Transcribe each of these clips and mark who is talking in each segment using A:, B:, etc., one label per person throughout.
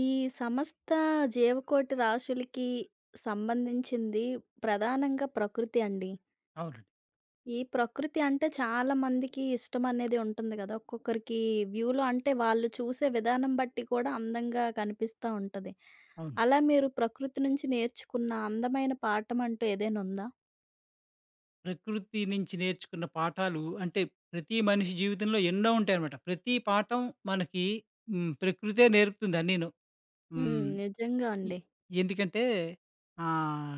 A: ఈ సమస్త జీవకోటి రాశులకి సంబంధించింది ప్రధానంగా ప్రకృతి అండి.
B: అవునండి.
A: ఈ ప్రకృతి అంటే చాలా మందికి ఇష్టం అనేది ఉంటుంది గదా! ఒక్కొక్కరికి వ్యూలో అంటే వాళ్ళు చూసే విధానం బట్టి కూడా అందంగా కనిపిస్తా ఉంటది.
B: అవును.
A: అలా మీరు ప్రకృతి నుంచి నేర్చుకున్న అందమైన పాఠం అంటూ ఏదైనా ఉందా?
B: ప్రకృతి నుంచి నేర్చుకున్న పాఠాలు అంటే ప్రతి మనిషి జీవితంలో ఎన్నో ఉంటాయన్నమాట. ప్రతి పాఠం మనకి ప్రకృతే నేర్పుతుంది అన్నీను.
A: హ్మ్.
B: హ్మ్.
A: నిజంగా
B: ఎ
A: అండి.
B: ఎందుకంటే ఆహ్,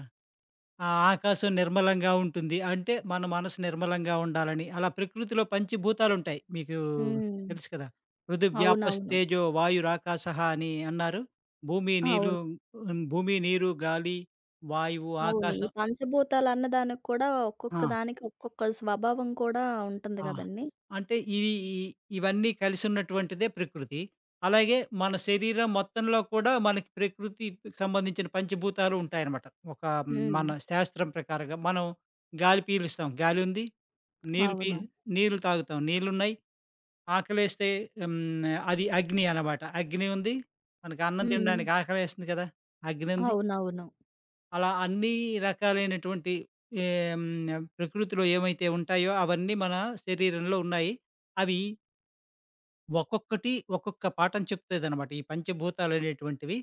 B: ఆ ఆకాశం నిర్మలంగా ఉంటుంది. అంటే మన మనసు నిర్మలంగా ఉండాలని. అలా ప్రకృతిలో పంచభూతాలుంటాయి. మీకు
A: హ్మ్.
B: తెలుసు కదా! పృథివ్
A: అవునవును.
B: వ్యాపస్తేజో వాయురాకాశః అని అన్నారు. భూమి, నీలు
A: అవును.
B: భూమి, నీరు, గాలి, వాయువు,
A: అవును. ఈ
B: ఆకాశం.
A: పంచభూతాలు అన్నదానికి కూడా
B: ఆ!
A: ఒక్కొక్క దానికి ఒక్కొక్క స్వభావం కూడా ఉంటుంది
B: ఆ!
A: గదండీ!
B: అంటే ఇవి ఈ ఇవన్నీ కలిసున్నటువంటిదే ప్రకృతి. అలాగే మన శరీరం మొత్తంలో కూడా మనకి ప్రకృతికి సంబంధించిన పంచభూతాలు ఉంటాయన్నమాట. ఒక
A: హ్మ్.
B: మన శాస్త్రం ప్రకారంగా మనం గాలి పీలుస్తాం, గాలుంది. నీరు పీ
A: అవును.
B: నీళ్లు తాగుతాం, నీళ్లున్నాయి. ఆకలేస్తే హ్మ్, అది అగ్ని అన్నమాట. అగ్ని ఉంది. మనకి అన్నం
A: హ్మ్.
B: తినడానికి ఆకలేస్తుంది కదా! అగ్నుంది.
A: అవునవును.
B: అలా అన్నీ రకాలైనటువంటి ఏం, ప్రకృతిలో ఏమైతే ఉంటాయో అవన్నీ మన శరీరంలో ఉన్నాయి. అవి ఒక్కొక్కటి ఒక్కొక్క పాఠం చెప్తాదనమాట. ఈ పంచభూతాలు అనేటువంటివి.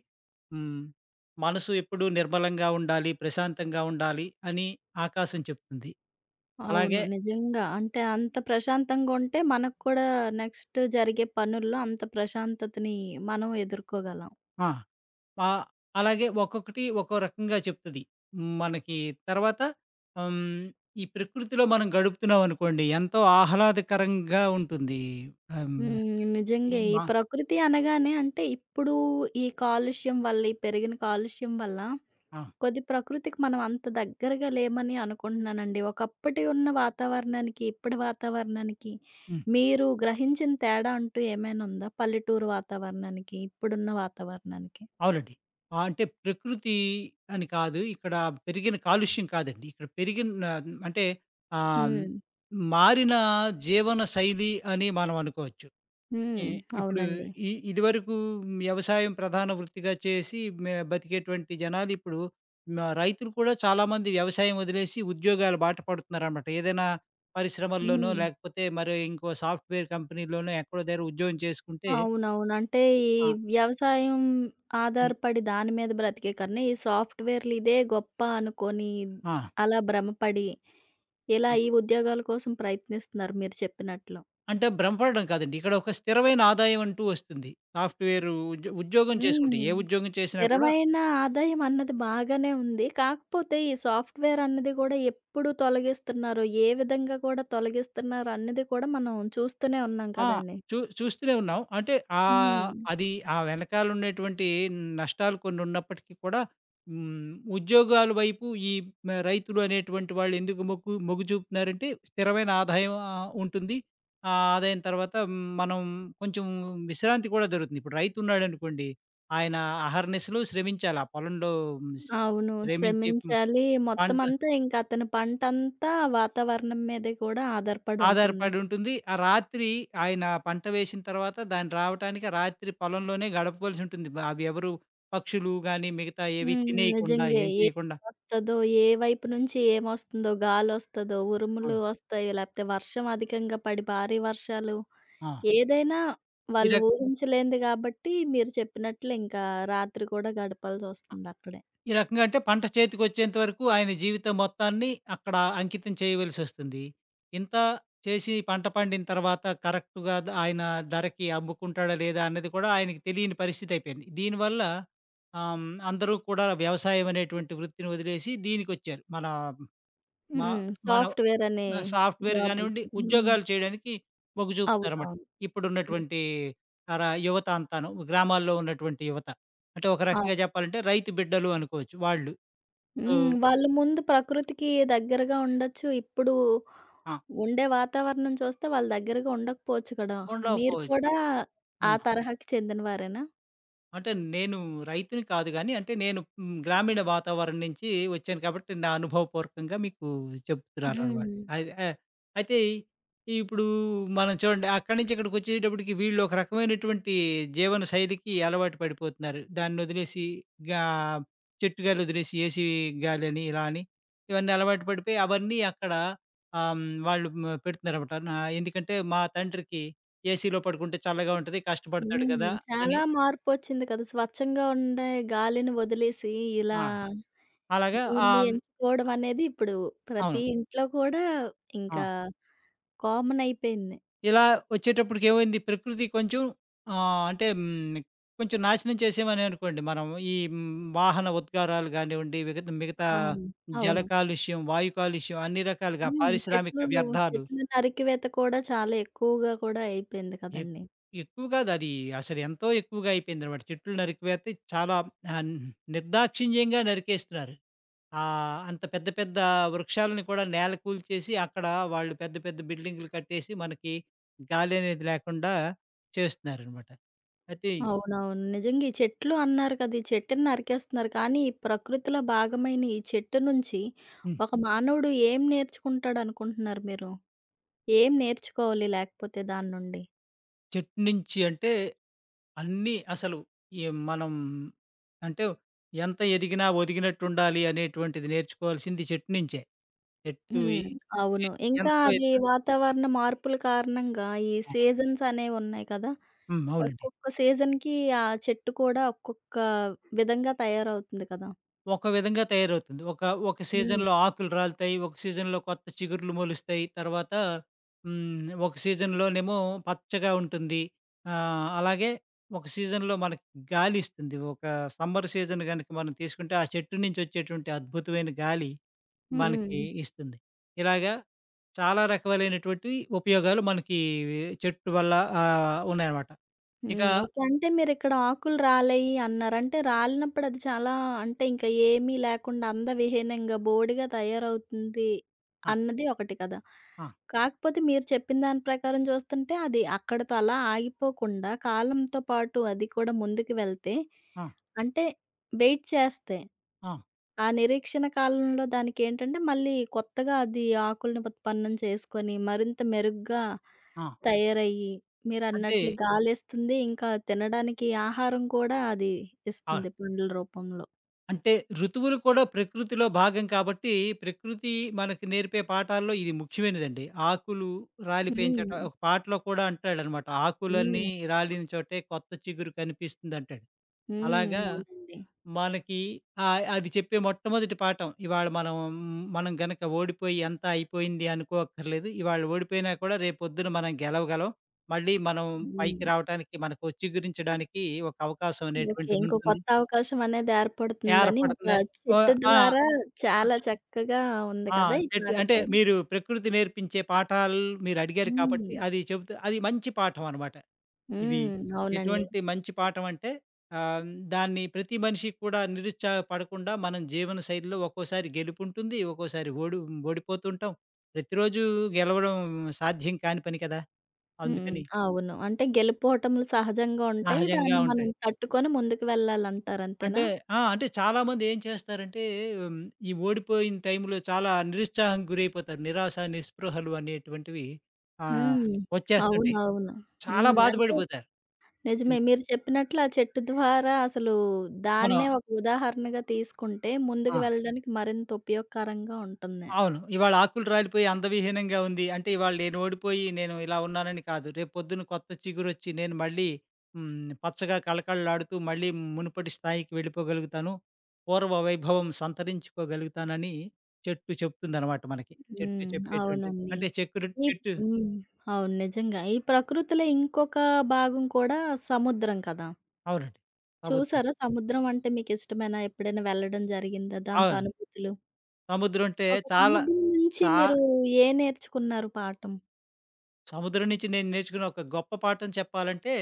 B: హ్మ్. మనసు ఎప్పుడూ నిర్మలంగా ఉండాలి, ప్రశాంతంగా ఉండాలి అని ఆకాశం చెప్తుంది.
A: అవును.
B: అలాగే
A: నిజంగా. అంటే అంత ప్రశాంతంగా ఉంటే మనకు కూడా నెక్స్ట్ జరిగే పనుల్లో అంత ప్రశాంతతని మనం ఎదుర్కోగలం.
B: ఆ! ఆహ్, అలాగే ఒక్కొక్కటి ఒక్కో రకంగా చెప్తది. మనకి తర్వాత హ్మ్. ఈ ప్రకృతిలో మనం గడుపుతున్నామనుకోండి ఎంతో ఆహ్లాదకరంగా ఉంటుంది. ఆహ్, హ్మ్.
A: హ్మ్. నిజంగే ఈ
B: మా
A: ప్రకృతి అనగానే అంటే ఇప్పుడు ఈ కాలుష్యం వల్ల, ఈ పెరిగిన కాలుష్యం వల్ల
B: ఆ!
A: కొద్ది ప్రకృతికి మనం అంత దగ్గరగా లేమని అనుకుంటున్నానండి. ఒకప్పటి ఉన్న వాతావరణానికి, ఇప్పటి వాతావరణానికి
B: హ్మ్.
A: మీరు గ్రహించిన తేడా అంటూ ఏమైనా ఉందా? పల్లెటూరు వాతావరణానికి, ఇప్పుడున్న వాతావరణానికి?
B: అవునండి. అంటే ప్రకృతి అని కాదు. ఇక్కడ పెరిగిన కాలుష్యం కాదండి. ఇక్కడ పెరిగిన ఆ, అంటే ఆహ్,
A: హ్మ్.
B: మారిన జీవన శైలి అని మనం అనుకోవచ్చు. ఇ
A: హ్మ్.
B: ఇప్పుడు
A: అవునండి.
B: ఇదివరకు వ్యవసాయం ప్రధాన వృత్తిగా చేసి బతికేటువంటి జనాలు ఇప్పుడు రైతులు కూడా చాలామంది వ్యవసాయం వదిలేసి ఉద్యోగాల బాట పడుతున్నారనమాట. ఏదైనా పరిశ్రమల్లోనో,
A: హ్మ్.
B: లేకపోతే మరి ఇంకో సాఫ్ట్‌వేర్ కంపెనీలోనో ఎక్కడో దగ్గర ఉద్యోగం చేసుకుంటే.
A: అవునవును. అంటే ఈ
B: ఆ!
A: వ్యవసాయం
B: హ్మ్.
A: ఆధారపడి దాని మీద బ్రతికే కన్నా, ఈ సాఫ్ట్‌వేర్‌లు ఇదే గొప్ప అనుకోని,
B: ఆ!
A: అలా భ్రమపడి, ఇలా ఈ ఉద్యోగాల కోసం ప్రయత్నిస్తున్నారు మీరు చెప్పినట్లు.
B: అంటే భ్రమపడడం కాదండి. ఇక్కడ ఒక స్థిరమైన ఆదాయం అంటూ వస్తుంది. సాఫ్ట్‌వేర్ ఉద్యోగం చేసుకుంటే,
A: హ్మ్.
B: ఏ ఉద్యోగం చేసినా కూడా.
A: స్థిరమైన ఆదాయం అన్నది బాగానే ఉంది. కాకపోతే ఈ సాఫ్ట్‌వేర్ అన్నది కూడా ఎప్పుడు తొలగిస్తున్నారో, ఏ విధంగా కూడా తొలగిస్తున్నారో అన్నది కూడా మనం చూస్తూనే ఉన్నాం
B: ఆ!
A: కదండీ!
B: చూ చూస్తూనే ఉన్నాం. అంటే
A: హ్మ్.
B: అది ఆ వెనకాల ఉన్నటువంటి నష్టాలు కొన్ని ఉన్నప్పటికీ కూడా, హ్మ్. ఉద్యోగాల వైపు ఈ రైతులు అనేటువంటి వాళ్ళు ఎందుకు మొగ్గు మొగ్గు చూపుతున్నారంటే స్థిరమైన ఆదాయం ఉంటుంది. ఆ ఆదాయం తర్వాత మనం కొంచెం విశ్రాంతి కూడా దొరుకుతుంది. ఇప్పుడు రైతు ఉన్నాడనుకోండి, ఆయన అహర్నిశలు శ్రమించాలి. ఆ పొలంలో మ్,
A: అవును.
B: శ్రమించి
A: శ్రమించాలి.
B: పంట
A: మొత్తమంతా ఇంకా అతని పంటంతా వాతావరణం మీదే కూడా ఆధారపడి ఉంటుంది.
B: ఆధారపడి ఉంటుంది. ఆ రాత్రి ఆయన పంట వేసిన తర్వాత దాన్ని రావటానికి రాత్రి పొలంలోనే గడపవలసి ఉంటుంది. అవి ఎవరు పక్షులు గాని, మిగతా ఏవి
A: హ్మ్.
B: తినేయకుండా,
A: నిజంగే.
B: ఏం చేయకుండా.
A: ఏమొస్తదో, ఏ వైపు నుంచి ఏమొస్తుందో, గాలొస్తదో, ఉరుములు
B: అవును.
A: వస్తాయో, లేకపోతే వర్షం అధికంగా పడి భారీ వర్షాలు
B: ఆ!
A: ఏదైనా
B: ఈ
A: వాళ్ళు
B: రక
A: ఊహించలేనిది కాబట్టి మీరు చెప్పినట్లు ఇంకా రాత్రి కూడా గడపాల్సొస్తుంది అక్కడే.
B: ఈ రకంగా అంటే పంట చేతికొచ్చేంత వరకు ఆయన జీవితం మొత్తాన్ని అక్కడ అంకితం చేయవలసొస్తుంది. ఇంత చేసి పంట పండిన తర్వాత కరెక్ట్‌గా ఆయన ధరకి అమ్ముకుంటాడా? లేదా? అన్నది కూడా ఆయనకి తెలియని పరిస్థితయిపోయింది. దీనివల్ల అందరూ కూడా వ్యవసాయం అనేటువంటి వృత్తిని వదిలేసి దీనికొచ్చారు. మన మ
A: హ్మ్.
B: మన
A: సాఫ్ట్‌వేర్ అనే
B: ఆహ్, సాఫ్ట్‌వేర్ గానివ్వండి,
A: జాబులకి. హ్మ్.
B: ఉద్యోగాలు చేయడానికి మొగ్గు చూపుతున్నారన్నమాట.
A: అవునవును. హ్మ్.
B: ఇప్పుడున్నటువంటి తర యువత అంతాను. గ్రామాల్లో ఉన్నటువంటి యువత. అంటే ఒక
A: ఆ!
B: రకంగా చెప్పాలంటే రైతు బిడ్డలు అనుకోవచ్చు వాళ్ళు. సో,
A: హ్మ్. వాళ్ళు ముందు ప్రకృతికి దగ్గరగా ఉండొచ్చు. ఇప్పుడు
B: ఆ!
A: ఉండే వాతావరణం చూస్తే వాళ్ళు దగ్గరగా ఉండకపోవచ్చు కదా! మీరు
B: ఉండకపోవచ్చు.
A: కూడా ఆ
B: ఆ!
A: తరహాకి చెందినవారేనా?
B: అంటే నేను రైతుని కాదు గానీ, అంటే నేను గ్రామీణ వాతావరణం నుంచి వచ్చాను కాబట్టి, నా అనుభవపూర్వకంగా మీకు చెప్తున్నాననమాట.
A: హ్మ్.
B: అది ఆ! అయితే ఇప్పుడు మనం చూడండి అక్కడి నుంచి ఇక్కడికొచ్చేటప్పటికి వీళ్ళు ఒక రకమైనటువంటి జీవన శైలికి అలవాటు పడిపోతున్నారు. దాన్నొదిలేసి గా చెట్టు గాలొదిలేసి ఏసీ గాలని ఇలా అని ఇవన్నీ అలవాటు పడిపోయి అవన్నీ అక్కడ వాళ్ళు పెడుతున్నారనమాట. ఎందుకంటే మా తండ్రికి ఏసీలో పడుకుంటే చల్లగా ఉంటది, కష్టపడతాడు
A: హ్మ్.
B: కదా అని.
A: చాలా మార్పొచ్చింది కదా! స్వచ్ఛంగా ఉండే గాలిని వదిలేసి ఇలా
B: ఆ! అలాగా
A: దీన్ని
B: ఆహ్, హ్మ్.
A: ఎంచుకోవడం అనేది ఇప్పుడు ప్రతి
B: అవును.
A: ఇంట్లో కూడా
B: ఆ!
A: ఇంకా కామన్ అయిపోయింది.
B: ఇలా వచ్చేటప్పటికి ఏమైంది, ప్రకృతి కొంచెం ఆహ్, అంటే హ్మ్, కొంచెం నాశనం చేసామనే అనుకోండి. మనం ఈ హ్మ్, వాహన ఉద్గారాలు గానివ్వండి, మిగతా మిగతా
A: అవును.
B: జల
A: అవును.
B: కాలుష్యం, వాయు కాలుష్యం అన్ని రకాలుగా
A: హ్మ్.
B: పారిశ్రామిక
A: చెట్లు
B: వ్యర్థాలు.
A: చెట్లు నరికివేత కూడా చాలా ఎక్కువగా కూడా అయిపోయింది
B: ఎక్
A: కదండీ!
B: ఎక్కువ కాదు. అది అసలు ఎంతో ఎక్కువగా అయిపోయిందనమాట. చెట్లు నరికివేతే చాలా ఆహ్, నిర్దాక్షిణ్యంగా నరికేస్తున్నారు. ఆ! అంత పెద్ద పెద్ద వృక్షాలను కూడా నేలకూల్చేసి, అక్కడ వాళ్ళు పెద్ద పెద్ద బిల్డింగులు కట్టేసి, మనకి గాలనేది లేకుండా చేస్తున్నారనమాట. అయితే
A: అవునవును. నిజంగా ఈ చెట్లు అన్నారు కదా! ఈ చెట్టుని నరికేస్తున్నారు. కానీ ఈ ప్రకృతిలో భాగమైన ఈ చెట్టు నుంచి
B: హ్మ్.
A: ఒక మానవుడు ఏం నేర్చుకుంటాడనుకుంటున్నారు మీరు? ఏం నేర్చుకోవాలి లేకపోతే దాని నుండి?
B: చెట్టు నుంచి అంటే అన్నీ అసలు మనం అంటే ఎంత ఎదిగినా ఒదిగినట్టుండాలి అనేటువంటిది నేర్చుకోవాల్సింది చెట్టు నుంచే. చెట్టు
A: హ్మ్. అవును. ఇంకా
B: ఎంతో
A: అది
B: ఎత్తు.
A: వాతావరణ మార్పుల కారణంగా ఈ
B: ఆ!
A: సీజన్స్ అనేవున్నాయి కదా!
B: హ్మ్. అవునండి.
A: ఒక్కొక్క సీజన్‌కి ఆ చెట్టు కూడా ఒక్కొక్క విధంగా తయారవుతుంది కదా!
B: ఒక విధంగా తయారవుతుంది. ఒక
A: హ్మ్.
B: సీజన్‌లో ఆకులు రాలుతాయి. ఒక సీజన్‌లో కొత్త చిగుర్లు మొలుస్తాయి. తర్వాత ఒక సీజన్‌లోనేమో పచ్చగా ఉంటుంది. అలాగే ఒక సీజన్‌లో మనకి గాలి ఇస్తుంది. ఒక సమ్మర్ సీజన్ గనుక మనం తీసుకుంటే ఆ చెట్టు నుంచి వచ్చేటువంటి అద్భుతమైన గాలి మనకి
A: హ్మ్.
B: ఇస్తుంది. ఇలాగా చాలా రకాలైనటువంటివి ఉపయోగాలు మనకి చెట్టు వల్ల ఉన్నాయన్నమాట. ఇక
A: హ్మ్. ఓకే. అంటే మీరిక్కడ ఆకులు రాలేయి అన్నారు. అంటే రాలినప్పుడు అది చాలా అంటే ఇంక ఏమీ లేకుండా అందవిహీనంగా బోడిగా తయారవుతుంది
B: ఆ!
A: అన్నది ఒకటి కదా!
B: ఆ!
A: కాకపోతే మీరు చెప్పిన దాని ప్రకారం చూస్తుంటే అది అక్కడితో అలా ఆగిపోకుండా కాలంతో పాటు అది కూడా ముందుకు వెళ్తే
B: ఆ!
A: అంటే వెయిట్ చేస్తే
B: ఆ!
A: ఆ నిరీక్షణ కాలంలో దానికేంటంటే, మళ్ళీ కొత్తగా అది ఆకుల్ని ఉత్పన్నం చేసుకొని, మరింత మెరుగ్గా
B: ఆ!
A: తయారయ్యి,
B: అంటే
A: మీరన్నట్లు గాలేస్తుంది. ఇంకా తినడానికి ఆహారం కూడా అది
B: ఆ!
A: ఇస్తుంది పండ్ల రూపంలో.
B: అంటే ఋతువులు కూడా ప్రకృతిలో భాగం కాబట్టి, ప్రకృతి మనకు నేర్పే పాఠాల్లో ఇది ముఖ్యమైనదండి. ఆకులు రాలి
A: హ్మ్.
B: పెంచట ఒక పాటలో కూడా అంటాడనమాట. "ఆకులన్నీ
A: హ్మ్.
B: రాలిన చోటే కొత్త చిగురు కనిపిస్తుందంటాడు."
A: హ్మ్.
B: అలాగా
A: అవునండి.
B: మనకి అది చెప్పే మొట్టమొదటి పాఠం. ఇవాళ మనం మనం గనక ఓడిపోయి అంతా అయిపోయింది అనుకోక్కర్లేదు. ఇవాళ ఓడిపోయినా కూడా రేపొద్దున మనం గెలవగలం. మళ్ళీ మనం పైకి
A: హ్మ్.
B: రావటానికి మనకు చిగురించడానికి ఒక అవకాశం
A: ఓకే. ఇంకో
B: అనేటువంటిదుంటుంది.
A: కొత్త అవకాశం అనేది ఏర్పడుతుందని ఒక
B: ఏర్పడుతుందని ఓహ్!
A: చెట్టు
B: ఆ!
A: ద్వారా చాలా చక్కగా ఉంది
B: ఆ!
A: కదా! ఈ
B: చెట్టు
A: పాట
B: అంటే
A: కూడా.
B: మీరు ప్రకృతి నేర్పించే పాఠాలు మీరడిగారు
A: హ్మ్.
B: కాబట్టి అది చెబుతూ అది మంచి పాఠం అనమాట. ఇది
A: హ్మ్. అవునండి.
B: ఎటువంటి మంచి పాఠం అంటే ఆహ్, దాన్ని ప్రతి మనిషి కూడా నిరుత్సాహపడకుండా మనం జీవన శైలిలో ఒక్కోసారి గెలుపుంటుంది, ఒక్కోసారి ఓడిపోతుంటాం. ప్రతిరోజు గెలవడం సాధ్యం కాని పని కదా!
A: హ్మ్.
B: అందుకని
A: అవును. అంటే గెలుపోటములు సహజంగా ఉంటాయి.
B: సహజంగా
A: దాన్ని మనం
B: ఉంటాయి.
A: తట్టుకొని ముందుకు వెళ్ళాలంటారు అంతేనా?
B: అంటే అంటే చాలామంది ఏం చేస్తారంటే హ్మ్, ఈ ఓడిపోయిన టైంలో చాలా నిరుత్సాహానికి గురైపోతారు. నిరాశ, నిస్పృహలు అనేటువంటివి ఆహ్,
A: హ్మ్.
B: వచ్చేస్తుంటాయి.
A: అవునవును.
B: చాలా
A: హ్మ్. అంటే
B: బాధపడిపోతారు.
A: నిజమే.
B: హ్మ్.
A: మీరు చెప్పినట్లు ఆ చెట్టు ద్వారా అసలు దాన్నే
B: మనం
A: ఒక ఉదాహరణగా తీసుకుంటే ముందుకు
B: ఆ!
A: వెళ్ళడానికి మరింత ఉపయోగకరంగా ఉంటుంది.
B: అవును. ఇవాళ ఆకులు రాలిపోయి అందవిహీనంగా ఉంది. అంటే ఇవాళ నేను ఓడిపోయి నేను ఇలా ఉన్నానని కాదు. రేపొద్దున కొత్త చిగురొచ్చి నేను మళ్ళీ పచ్చగా కళకళలాడుతూ మళ్ళీ మునుపటి స్థాయికి వెళ్ళిపోగలుగుతాను. పూర్వ వైభవం సంతరించుకోగలుగుతానని చెట్టు చెప్తుందనమాట మనకి. చెట్టు
A: హ్మ్.
B: చెప్పేటువంటి
A: అవునండి.
B: అంటే చెక్కురు
A: ఈ
B: చెట్టు
A: హ్మ్. అవును. నిజంగా. ఈ ప్రకృతిలో ఇంకొక భాగం కూడా సముద్రం కదా!
B: అవునండి. సముద్రం.
A: చూసారా సముద్రం అంటే మీకిష్టమేనా? ఎప్పుడైనా వెళ్ళడం జరిగిందా? దాంతో
B: అవునండి.
A: అనుభూతులు?
B: సముద్రం అంటే
A: ఒక
B: చాలా.
A: సముద్రం నుంచి
B: చా
A: మీరు ఏ నేర్చుకున్నారు పాఠం?
B: సముద్రం నుంచి నేను నేర్చుకున్న ఒక గొప్ప పాఠం చెప్పాలంటే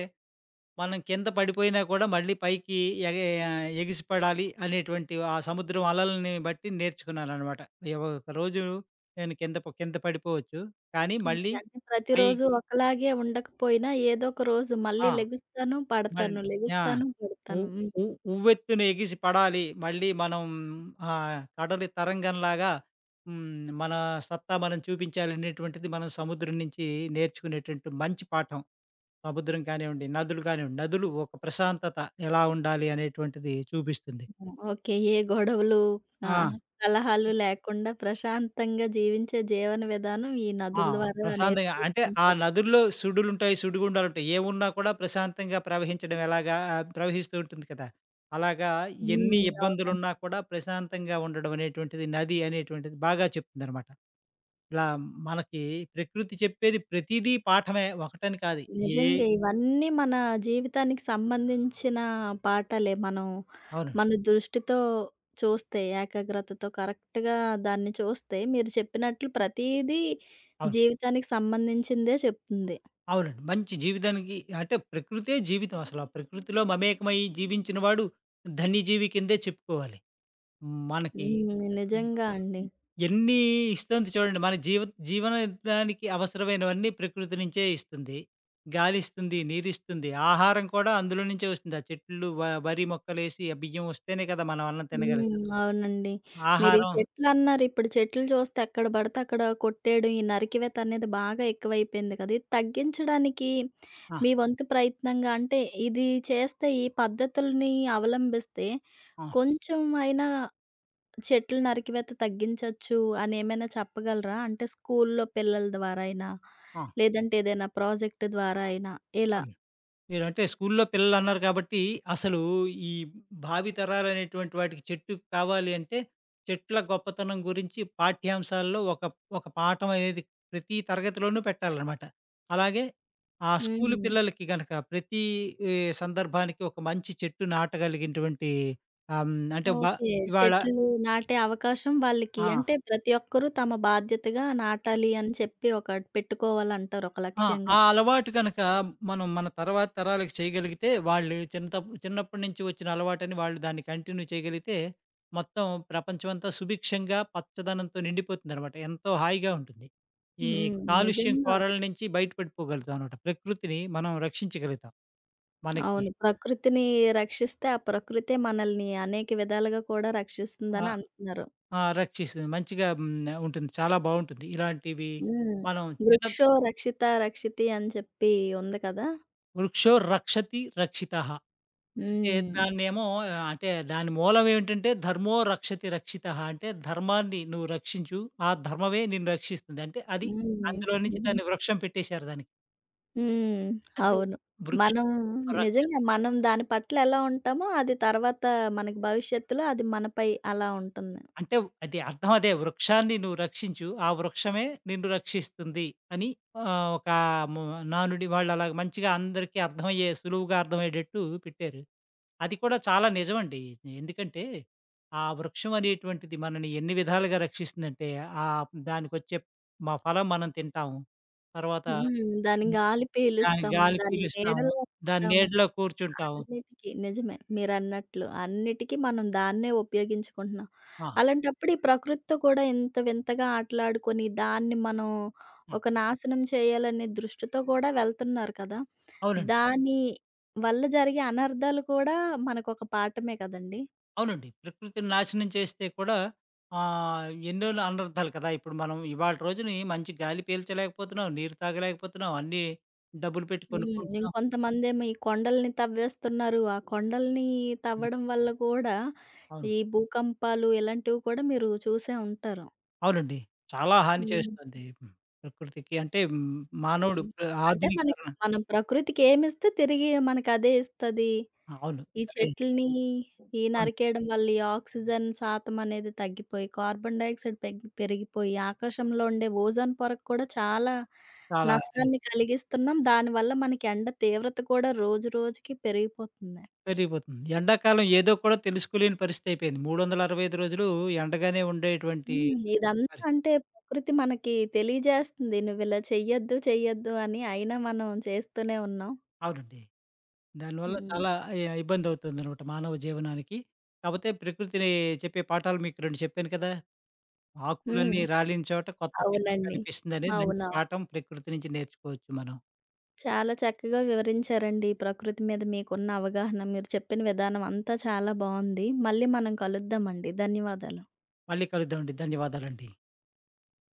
B: మనం కింద పడిపోయినా కూడా మళ్ళీ పైకి ఎగ ఎగిసిపడాలి అనేటువంటి ఆ సముద్రం అలలని బట్టి నేర్చుకున్నాననమాట. ఏవో ఒకరోజు నేను కింద పడిపోవచ్చు. కానీ
A: ఓకే.
B: మళ్ళీ
A: అంటే ప్రతిరోజు
B: పైకి.
A: ఒకలాగే ఉండకపోయినా ఏదో ఒక రోజు మళ్ళీ
B: ఆ!
A: లెగుస్తాను, పడతాను,
B: మళ్ళీ ఆ!
A: లెగుస్తాను,
B: ఉ
A: పడతాను.
B: ఉ
A: హ్మ్.
B: ఉవ్వెత్తున ఎగిసి పడాలి. మళ్ళీ మనం ఆ కడలి తరంగంలాగా హ్మ్. మన సత్తా మనం చూపించాలనేటువంటిది మనం సముద్రం నుంచి నేర్చుకునేటువంటి మంచి పాఠం. సముద్రం కానివ్వండి, నదులు కానివ్వండి. నదులు ఒక ప్రశాంతత ఎలా ఉండాలి అనేటువంటిది చూపిస్తుంది.
A: ఓకే. ఏ గొడవలు, ఆ!
B: ఆ!
A: కలహాలు లేకుండా ప్రశాంతంగా జీవించే జీవన విధానం ఈ
B: ఆ!
A: నదుల ద్వారా
B: ప్రశాంతంగా అంటే ఆ
A: నేర్చుకుంటాం.
B: నదుల్లో సుడులుంటాయి, సుడిగుండాలుంటాయి. ఏమున్నా కూడా ప్రశాంతంగా ప్రవహించడం ఎలాగా ప్రవహిస్తూ ఉంటుంది కదా! అలాగా ఎన్ని
A: హ్మ్. అవును.
B: ఇబ్బందులున్నా కూడా ప్రశాంతంగా ఉండడం అనేటువంటిది నది అనేటువంటిది బాగా చెప్తుందనమాట. ఇలా మనకి ప్రకృతి చెప్పేది ప్రతీదీ పాఠమే, ఒకటని కాదు. ఏ
A: నిజంగే. ఇవన్నీ మన జీవితానికి సంబంధించిన పాఠాలే. మనం
B: అవును.
A: మన దృష్టితో చూస్తే, ఏకాగ్రతతో కరెక్ట్‌గా దాన్ని చూస్తే, మీరు చెప్పినట్లు ప్రతీదీ
B: అవును.
A: జీవితానికి సంబంధించిందే చెప్తుంది.
B: అవునండి. మంచి జీవితానికి అంటే ప్రకృతే జీవితం అసలు. ఆ ప్రకృతిలో మమేకమై జీవించిన వాడు ధన్యజీవి కిందే చెప్పుకోవాలి. మనకి
A: హ్మ్.
B: ఎ
A: నిజంగా అండి.
B: ఎన్ని ఇస్తుంది చూడండి. మన జీవనదానికి అవసరమైనవన్నీ ప్రకృతి నుంచే ఇస్తుంది. గాలిస్తుంది, నీరిస్తుంది, ఆహారం కూడా అందులో నుంచే వస్తుంది. ఆ చెట్లు వరి మొక్కలేసి ఆ బియ్యం వస్తేనే కదా మనం అన్నం
A: హ్మ్.
B: తినగలుగుతాం.
A: అవునండి. మీరు ఈ
B: ఆహారం
A: చెట్లన్నారు. ఇప్పుడు చెట్లు చూస్తే ఎక్కడ పడితే అక్కడ కొట్టేయడం, ఈ నరికివేత అనేది బాగా ఎక్కువైపోయింది కదా! ఇది తగ్గించడానికి
B: ఆ!
A: మీ వంతు ప్రయత్నంగా అంటే ఇది చేస్తే ఈ పద్ధతుల్ని అవలంబిస్తే
B: ఆ!
A: కొంచెం అయినా చెట్లు నరికివేత తగ్గించొచ్చు అని ఏమైనా చెప్పగలరా? అంటే స్కూల్లో పిల్లల ద్వారా అయినా,
B: ఆ!
A: లేదంటే ఏదైనా ప్రాజెక్ట్ ద్వారా అయినా ఇలా.
B: అవును. మీరంటే స్కూల్లో పిల్లలన్నారు కాబట్టి, అసలు ఈ భావితరాలనేటువంటి వాటికి చెట్టు కావాలి అంటే, చెట్ల గొప్పతనం గురించి పాఠ్యాంశాల్లో ఒక పాఠం అనేది ప్రతి తరగతిలోనూ పెట్టాలనమాట. అలాగే ఆ స్కూలు
A: హ్మ్.
B: పిల్లలకి గనక ప్రతి ఈ సందర్భానికి ఒక మంచి చెట్టు నాటగలిగినటువంటి ఆహ్, హ్మ్, అంటే బ
A: ఓకే.
B: ఇవాళ
A: చెట్లు నాటే అవకాశం వాళ్ళకి
B: ఆ!
A: అంటే ప్రతి ఒక్కరూ తమ బాధ్యతగా నాటాలి అని చెప్పి ఒకటి పెట్టుకోవాలంటారు ఒక
B: ఆ!
A: లక్ష్యంగా.
B: ఆ అలవాటు గనక మనం మన తర్వాత తరాలకు చేయగలిగితే, వాళ్ళు చిన్నప్పటి నుంచి వచ్చిన అలవాటని వాళ్ళు దాన్ని కంటిన్యూ చేయగలిగితే, మొత్తం ప్రపంచమంతా సుభిక్షంగా, పచ్చదనంతో నిండిపోతుందనమాట. ఎంతో హాయిగా ఉంటుంది. ఈ
A: హ్మ్.
B: కాలుష్యం
A: నిజంగా.
B: కోరల నుంచి బయటపడిపోగలుగుతాం అనమాట. ప్రకృతిని మనం రక్షించగలుగుతాం. మనకి
A: అవును. ప్రకృతిని రక్షిస్తే, ఆ ప్రకృతే మనల్ని అనేక విధాలుగా కూడా
B: ఆ!
A: రక్షిస్తుందని అంటున్నారు.
B: ఆ! రక్షిస్తుంది. మంచిగా ఉంటుంది. చాలా బావుంటుంది. ఇలాంటివి
A: హ్మ్.
B: మనం చిన్న
A: వృక్షో రక్షిత రక్షితి అని చెప్పి ఉంది కదా!
B: వృక్షో రక్షతి రక్షితః. అంటే
A: హ్మ్.
B: దాన్నేమో అంటే దాని మూలం ఏమిటంటే ధర్మో రక్షతి రక్షితః, అంటే ధర్మాన్ని నువ్వు రక్షించు. ఆ ధర్మమే నిన్ను రక్షిస్తుంది. అంటే అది,
A: హ్మ్.
B: అందులో నుంచి దాన్ని
A: నిజంగా.
B: వృక్షం పెట్టేశారు దానికి.
A: హ్మ్.
B: అంటే
A: అవును.
B: వృక్షో
A: మనం నిజంగా
B: రక్షతి
A: మనం దాని పట్ల ఎలా ఉంటామో, అది తర్వాత మనకి భవిష్యత్తులో అది మనపై అలా ఉంటుంది.
B: అంటే అది అర్థం, అదే వృక్షాన్ని నువ్వు రక్షించు. ఆ వృక్షమే నిన్ను రక్షిస్తుంది అని ఒక ము నానుడి వాళ్ళు అలాగ మంచిగా అందరికీ అర్థమయ్యే, సులువుగా అర్థమయ్యేటట్టు పెట్టారు. అది కూడా చాలా నిజమండి. ఎందుకంటే, ఆ వృక్షం అనేటువంటిది మనని ఎన్ని విధాలుగా రక్షిస్తుందంటే, దానికొచ్చే ఫలం మనం తింటాము. తర్వాత
A: హ్మ్. దాని
B: హ్మ్.
A: గాలి
B: దాని
A: పీలుస్తాము.
B: గాలి
A: దాని
B: పీలుస్తాము.
A: నీడలో
B: దాని
A: ఉంటాము.
B: నీడలో కూర్చుంటాము.
A: అన్నిటికి నిజమే. మీరన్నట్లు అన్నిటికి మనం దాన్నే ఉపయోగించుకుంటున్నాం.
B: ఆ!
A: అలాంటప్పుడు ఈ ప్రకృతితో కూడా ఇంత వింతగా ఆటలాడుకొని దాన్ని మనం
B: ఆ!
A: ఒక నాశనం చేయాలనే దృష్టితో కూడా వెళ్తున్నారు కదా!
B: అవునండి.
A: దాని వల్ల జరిగే అనర్థాలు కూడా మనకొక పాఠమే కదండీ!
B: అవునండి. ప్రకృతిని నాశనం చేస్తే కూడా ఎన్నో అనర్థాలు కదా! ఇప్పుడు మనం ఇవాళ రోజుని మంచి గాలి పీల్చలేకపోతున్నాం, నీరు తాగలేకపోతున్నాం, అన్నీ డబ్బులు పెట్టి
A: హ్మ్.
B: కొనుక్కుంటున్నాం.
A: ఇంకొంతమందేమో ఈ కొండల్ని తవ్వేస్తున్నారు. ఆ కొండల్ని
B: అవును.
A: తవ్వడం వల్ల కూడా
B: అవును.
A: ఈ భూకంపాలు ఇలాంటివి కూడా మీరు చూసే ఉంటారు.
B: అవునండి. చాలా హాని
A: హ్మ్.
B: చేస్తుంది. ప్రకృతికి అంటే హ్మ్, మానవుడు
A: హ్మ్.
B: ప్ర
A: అంటే మనకి
B: ఆధునీకరణ.
A: మనం ప్రకృతికి ఏమిస్తే తిరిగి మనకదే ఇస్తది.
B: అవును.
A: ఈ
B: అదే.
A: చెట్లని ఈ
B: అవును.
A: నరికేయడం వల్ల ఈ ఆక్సిజన్ శాతం అనేది తగ్గిపోయి, కార్బన్ డయాక్సైడ్ పెగ్ పెరిగిపోయి, ఆకాశంలో ఉండే ఓజోన్ పొరకు కూడా చాలా
B: చాలా
A: నష్టాన్ని కలిగిస్తున్నాం. దానివల్ల మనకి ఎండ తీవ్రత కూడా రోజు రోజుకి పెరిగిపోతుంది.
B: పెరిగిపోతుంది. ఎండాకాలం ఏదో కూడా తెలుసుకోలేని పరిస్థితి అయిపోయింది. 365 రోజులు ఎండగానే ఉండేటువంటి
A: హ్మ్. ఇదంతా
B: పరి
A: అంటే ప్రకృతి మనకి తెలియజేస్తుంది. నువ్విలా చెయ్యొద్దు, చెయ్యొద్దు అని అయినా మనం చేస్తూనే ఉన్నాం.
B: అవునండి. దానివల్ల
A: హ్మ్.
B: చాలా ఇబ్బందవుతుందనమాట మానవ జీవనానికి. కాపోతే ప్రకృతిని చెప్పే పాఠాలు మీకు 2 చెప్పాను కదా! ఆకులన్నీ
A: హ్మ్.
B: రాలిన చోట కొత్త చిగురు
A: అవునండి.
B: కనిపిస్తుందనేది మంచి
A: అవునవును.
B: పాఠం, ప్రకృతి నుంచి నేర్చుకోవచ్చు మనం.
A: చాలా చక్కగా వివరించారండి. ఈ ప్రకృతి మీద మీకున్న అవగాహన, మీరు చెప్పిన విధానం అంతా చాలా బావుంది. మళ్ళీ మనం కలుద్దామండి. ధన్యవాదాలు.
B: మళ్ళీ కలుద్దామండి. ధన్యవాదాలండి.